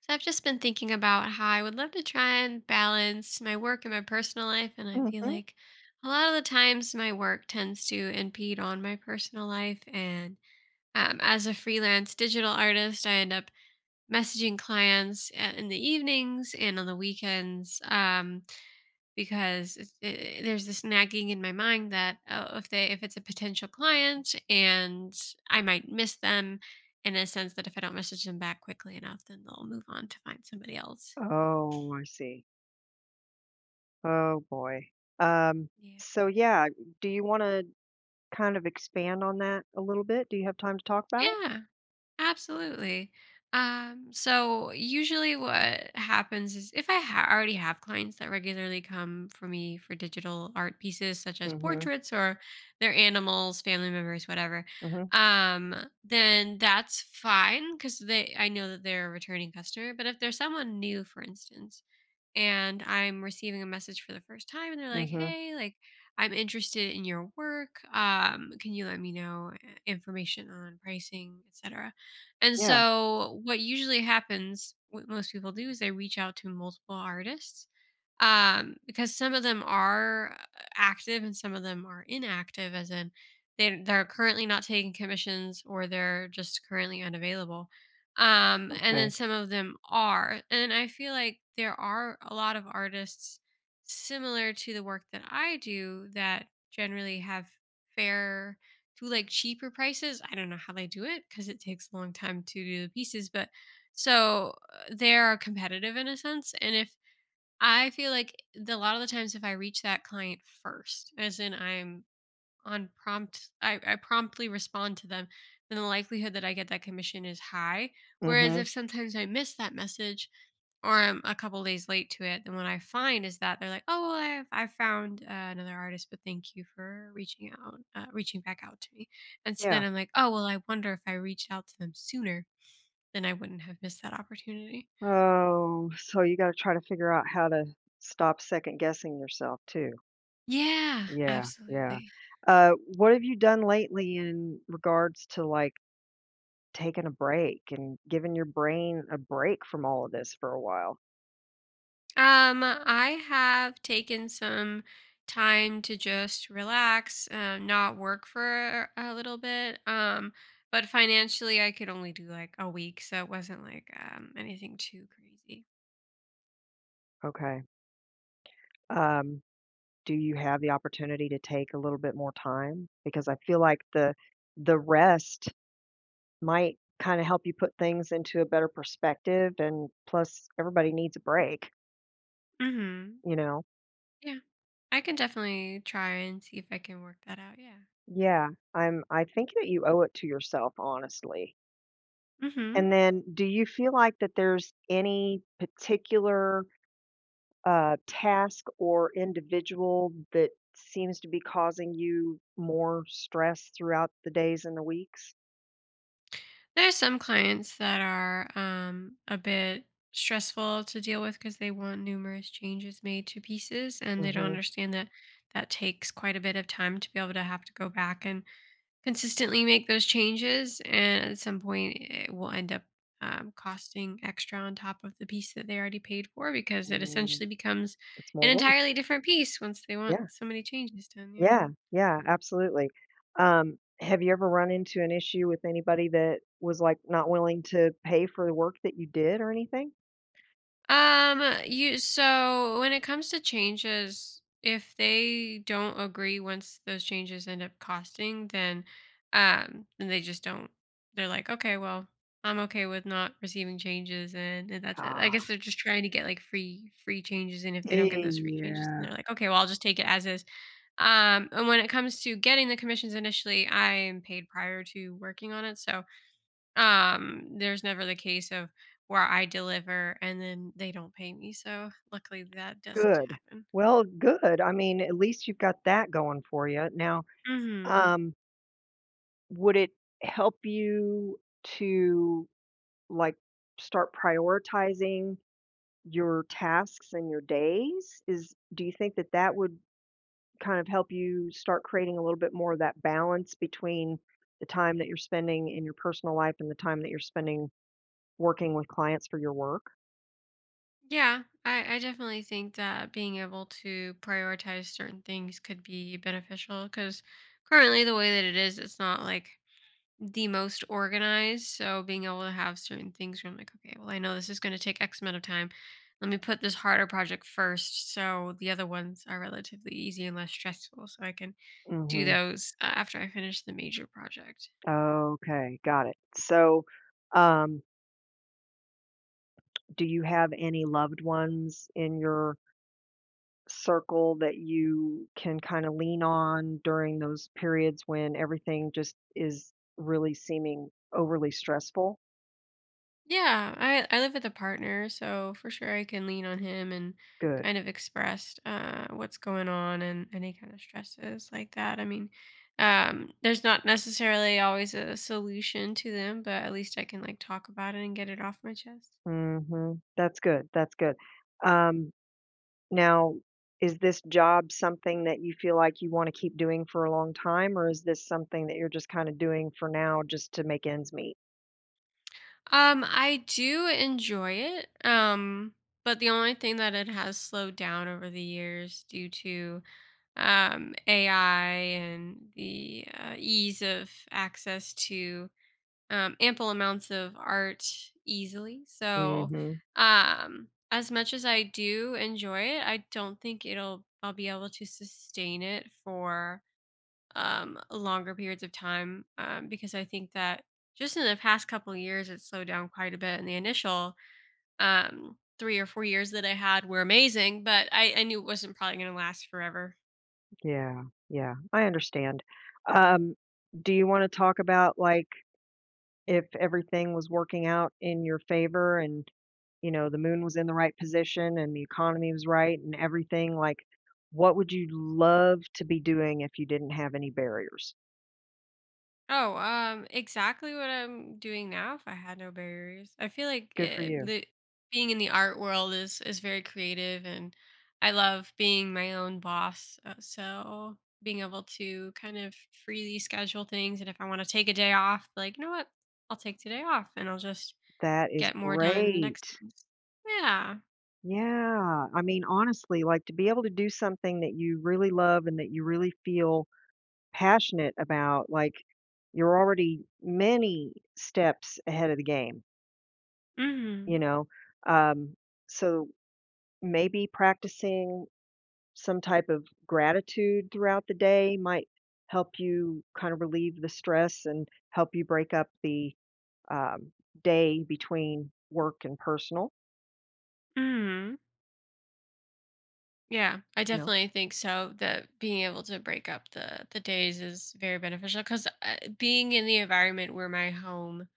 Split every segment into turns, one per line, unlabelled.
So I've just been thinking about how I would love to try and balance my work and my personal life. And I feel
Mhm.
like a lot of the times my work tends to impede on my personal life. And as a freelance digital artist, I end up messaging clients in the evenings and on the weekends. Because there's this nagging in my mind that oh, if it's a potential client and I might miss them, in a sense that if I don't message them back quickly enough, then they'll move on to find somebody else.
Oh, I see. Oh, boy. Um,
Yeah.
so yeah, do you wanna kind of expand on that a little bit? Do you have time to talk about it?
Yeah. Absolutely. So usually what happens is if I already have clients that regularly come for me for digital art pieces such as
Mm
portraits or their animals, family members, whatever,
mhm, mm mhm,
um, then that's fine because they I know that they're a returning customer. But if there's someone new, for instance, and I'm receiving a message for the first time and they're
mm
like,
mhm.
"Hey, like I'm interested in your work. Can you let me know information on pricing, etc.?" And
Yeah,
so what usually happens what most people do is they reach out to multiple artists because some of them are active and some of them are inactive, as in they're currently not taking commissions or they're just currently unavailable, and then
okay.
some of them are. And I feel like there are a lot of artists similar to the work that I do that generally have fair to like cheaper prices. I don't know how they do it because it takes a long time to do the pieces, but so they're competitive in a sense. And if I feel like the a lot of the times if I reach that client first, as in I'm on prompt I promptly respond to them, then the likelihood that I get that commission is high.
Mm
Whereas
mhm,
if sometimes I miss that message or I'm a couple days late to it, then what I find is that they're like, "Oh, well, I found another artist, but thank you for reaching out, reaching back out to me." And so
yeah.
then I'm like, "Oh, well, I wonder if I reached out to them sooner, then I wouldn't have missed that opportunity."
Oh, so you gotta try to figure out how to stop second guessing yourself too.
Yeah,
Yeah, yeah.
absolutely.
What have you done lately in regards to, like, taking a break and giving your brain a break from all of this for a while?
I have taken some time to just relax, not work for a little bit. But financially, I could only do like a week, so it wasn't like anything too crazy.
Okay. Um do you have the opportunity to take a little bit more time? Because I feel like the rest might kind of help you put things into a better perspective, and plus everybody needs a break,
Mm-hmm.
you know.
Yeah, I can definitely try and see if I can work that out. Yeah.
Yeah, I think that you owe it to yourself, honestly.
Mm-hmm.
And then do you feel like that there's any particular task or individual that seems to be causing you more stress throughout the days and the weeks?
There are some clients that are a bit stressful to deal with because they want numerous changes made to pieces and they don't
Mm-hmm.
understand that that takes quite a bit of time to be able to have to go back and consistently make those changes. And at some point, it will end up costing extra on top of the piece that they already paid for, because it essentially becomes
It's
an
more work.
entirely different piece once they want
Yeah,
so many changes done. Yeah.
yeah, yeah, absolutely. Have you ever run into an issue with anybody that was, like, not willing to pay for the work that you did or anything?
You So when it comes to changes, if they don't agree once those changes end up costing, then they just don't, they're like, okay, well, I'm okay with not receiving changes, and that's it. I guess
Ah.
they're just trying to get like free changes, and if they don't get
Eh,
those free changes,
yeah.
then they're like, okay, well, I'll just take it as is. And when it comes to getting the commissions initially, I'm paid prior to working on it. So there's never the case of where I deliver and then they don't pay me, so luckily that doesn't
Good.
happen.
Well, good. I mean, at least you've got that going for you. Now,
Mhm.
um, would it help you to, like, start prioritizing your tasks and your days? Is do you think that that would kind of help you start creating a little bit more of that balance between the time that you're spending in your personal life and the time that you're spending working with clients for your work?
Yeah, I definitely think that being able to prioritize certain things could be beneficial. Because currently the way that it is, it's not, like, the most organized, so being able to have certain things where I'm like, "Okay, well, I know this is gonna take X amount of time. Let me put this harder project first so the other ones are relatively easy and less stressful so I can do
Mhm.
those after I finish the major project."
Okay, got it. So, um, do you have any loved ones in your circle that you can kind of lean on during those periods when everything just is really seeming overly stressful?
Yeah, I live with a partner, so for sure I can lean on him and
Good.
kind of express what's going on and any kind of stresses like that. I mean, there's not necessarily always a solution to them, but at least I can like talk about it and get it off my chest.
Mhm. That's good, that's good. Um. Now, is this job something that you feel like you wanna keep doing for a long time, or is this something that you're just kinda doing for now just to make ends meet?
I do enjoy it. But the only thing that it has slowed down over the years due to AI and the ease of access to ample amounts of art easily. So,
Mhm.
as much as I do enjoy it, I don't think it'll I'll be able to sustain it for longer periods of time, because I think that just in the past couple of years it slowed down quite a bit. And the initial 3 or 4 years that I had were amazing, but I knew it wasn't probably going to last forever.
Yeah, yeah. I understand. Um, do you wanna talk about, like, if everything was working out in your favor and, you know, the moon was in the right position and the economy was right and everything, like, what would you love to be doing if you didn't have any barriers?
Oh, exactly what I'm doing now if I had no barriers. I feel
Good for you.
the being in the art world is very creative and I love being my own boss. So being able to kind of freely schedule things, and if I want to take a day off, like, you know what? I'll take today off and I'll just
That is
get more done the next
great.
day. Yeah.
Yeah, I mean, honestly, like, to be able to do something that you really love and that you really feel passionate about, like, you're already many steps ahead of the game, you
Mhm.
know? Um, so maybe practicing some type of gratitude throughout the day might help you kind of relieve the stress and help you break up the, um, day between work and personal,
Mhm. Yeah, I
you know?
definitely think so. That being able to break up the days is very beneficial, because being in the environment where my home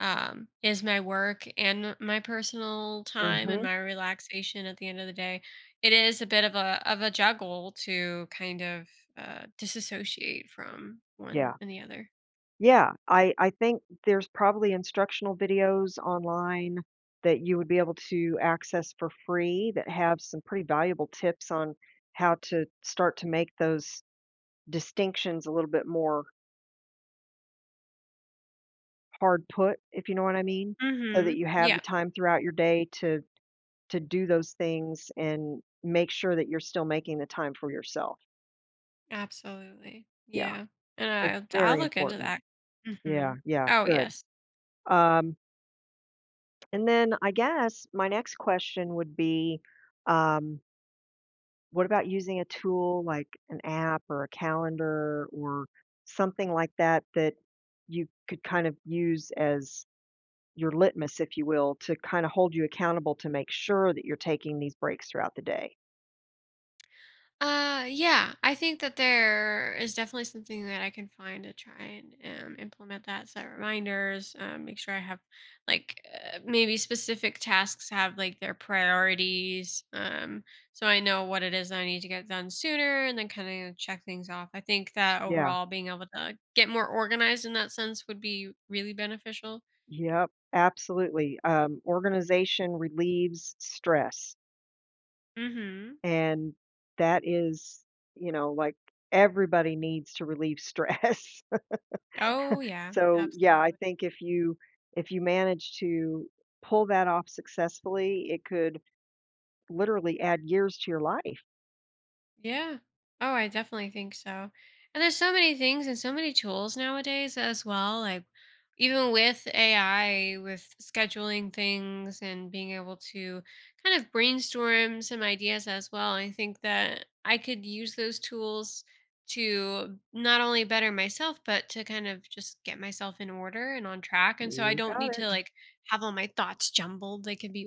is my work and my personal time and
Mhm.
my relaxation, at the end of the day, it is a bit of a juggle to kind of disassociate from one
Yeah.
and the other.
Yeah, I think there's probably instructional videos online that you would be able to access for free that have some pretty valuable tips on how to start to make those distinctions a little bit more hard put, if you know what I mean, so
Mm-hmm.
that you have the
Yeah,
time throughout your day to do those things and make sure that you're still making the time for yourself.
absolutely.
Yeah,
Yeah, and
it's
I'll
very
look into
important.
that.
Yeah,
Mm-hmm.
yeah,
Oh
good.
yes.
Um. And then I guess my next question would be, um, what about using a tool like an app or a calendar or something like that that you could kind of use as your litmus, if you will, to kind of hold you accountable to make sure that you're taking these breaks throughout the day?
Yeah, I think that there is definitely something that I can find to try and implement that, set reminders, make sure I have like maybe specific tasks have like their priorities. So I know what it is that I need to get done sooner and then kind of check things off. I think that
Yeah.
overall being able to get more organized in that sense would be really beneficial.
Yep. Absolutely. Organization relieves stress.
Mm-hmm.
And that is, you know, like everybody needs to relieve stress.
Oh, yeah,
So, yeah, I
absolutely.
think if you manage to pull that off successfully, it could literally add years to your life.
Yeah. Oh, I definitely think so. And there's so many things and so many tools nowadays as well. Like even with AI, with scheduling things and being able to kind of brainstorm some ideas as well. I think that I could use those tools to not only better myself, but to kind of just get myself in order and on track. And so I
You
don't
got
need to
it.
like have all my thoughts jumbled. They can be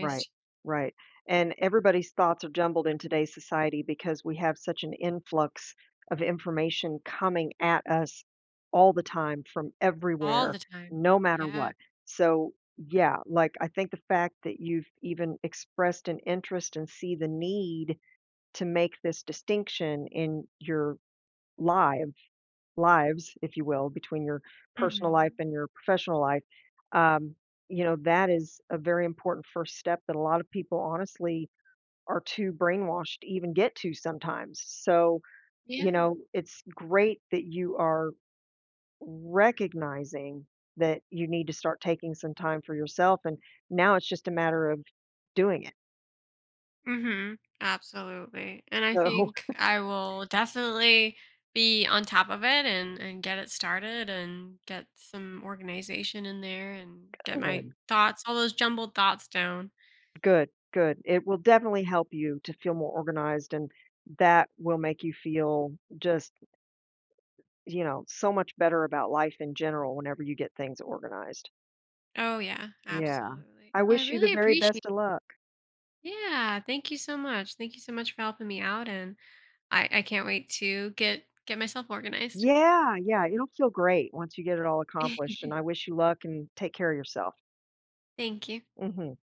Right. Right. And everybody's thoughts are jumbled in today's society because we have such an influx of information coming at us all the time from
all
everywhere,
the time.
no matter
Yeah.
what. So, yeah, like I think the fact that you've even expressed an interest and see the need to make this distinction in your live lives, if you will, between your personal life
Hmm.
and your professional life, um, you know, that is a very important first step that a lot of people honestly are too brainwashed to even get to sometimes. So, you
Yeah.
know, it's great that you are recognizing that you need to start taking some time for yourself. And now it's just a matter of doing it.
Mm-hmm. Absolutely. And I
So,
think I will definitely be on top of it and get it started and get some organization in there and get my thoughts, all those jumbled thoughts down.
good, good. It will definitely help you to feel more organized, and that will make you feel just, you know, so much better about life in general whenever you get things organized.
Oh yeah,
Yeah.
absolutely.
I
Well, I
wish you the
really
very
appreciate
best
it.
of luck.
Yeah, thank you so much. Thank you so much for helping me out, and I can't wait to get myself organized.
Yeah, yeah, it'll feel great once you get it all accomplished, and I wish you luck and take care of yourself.
Thank you.
Mhm.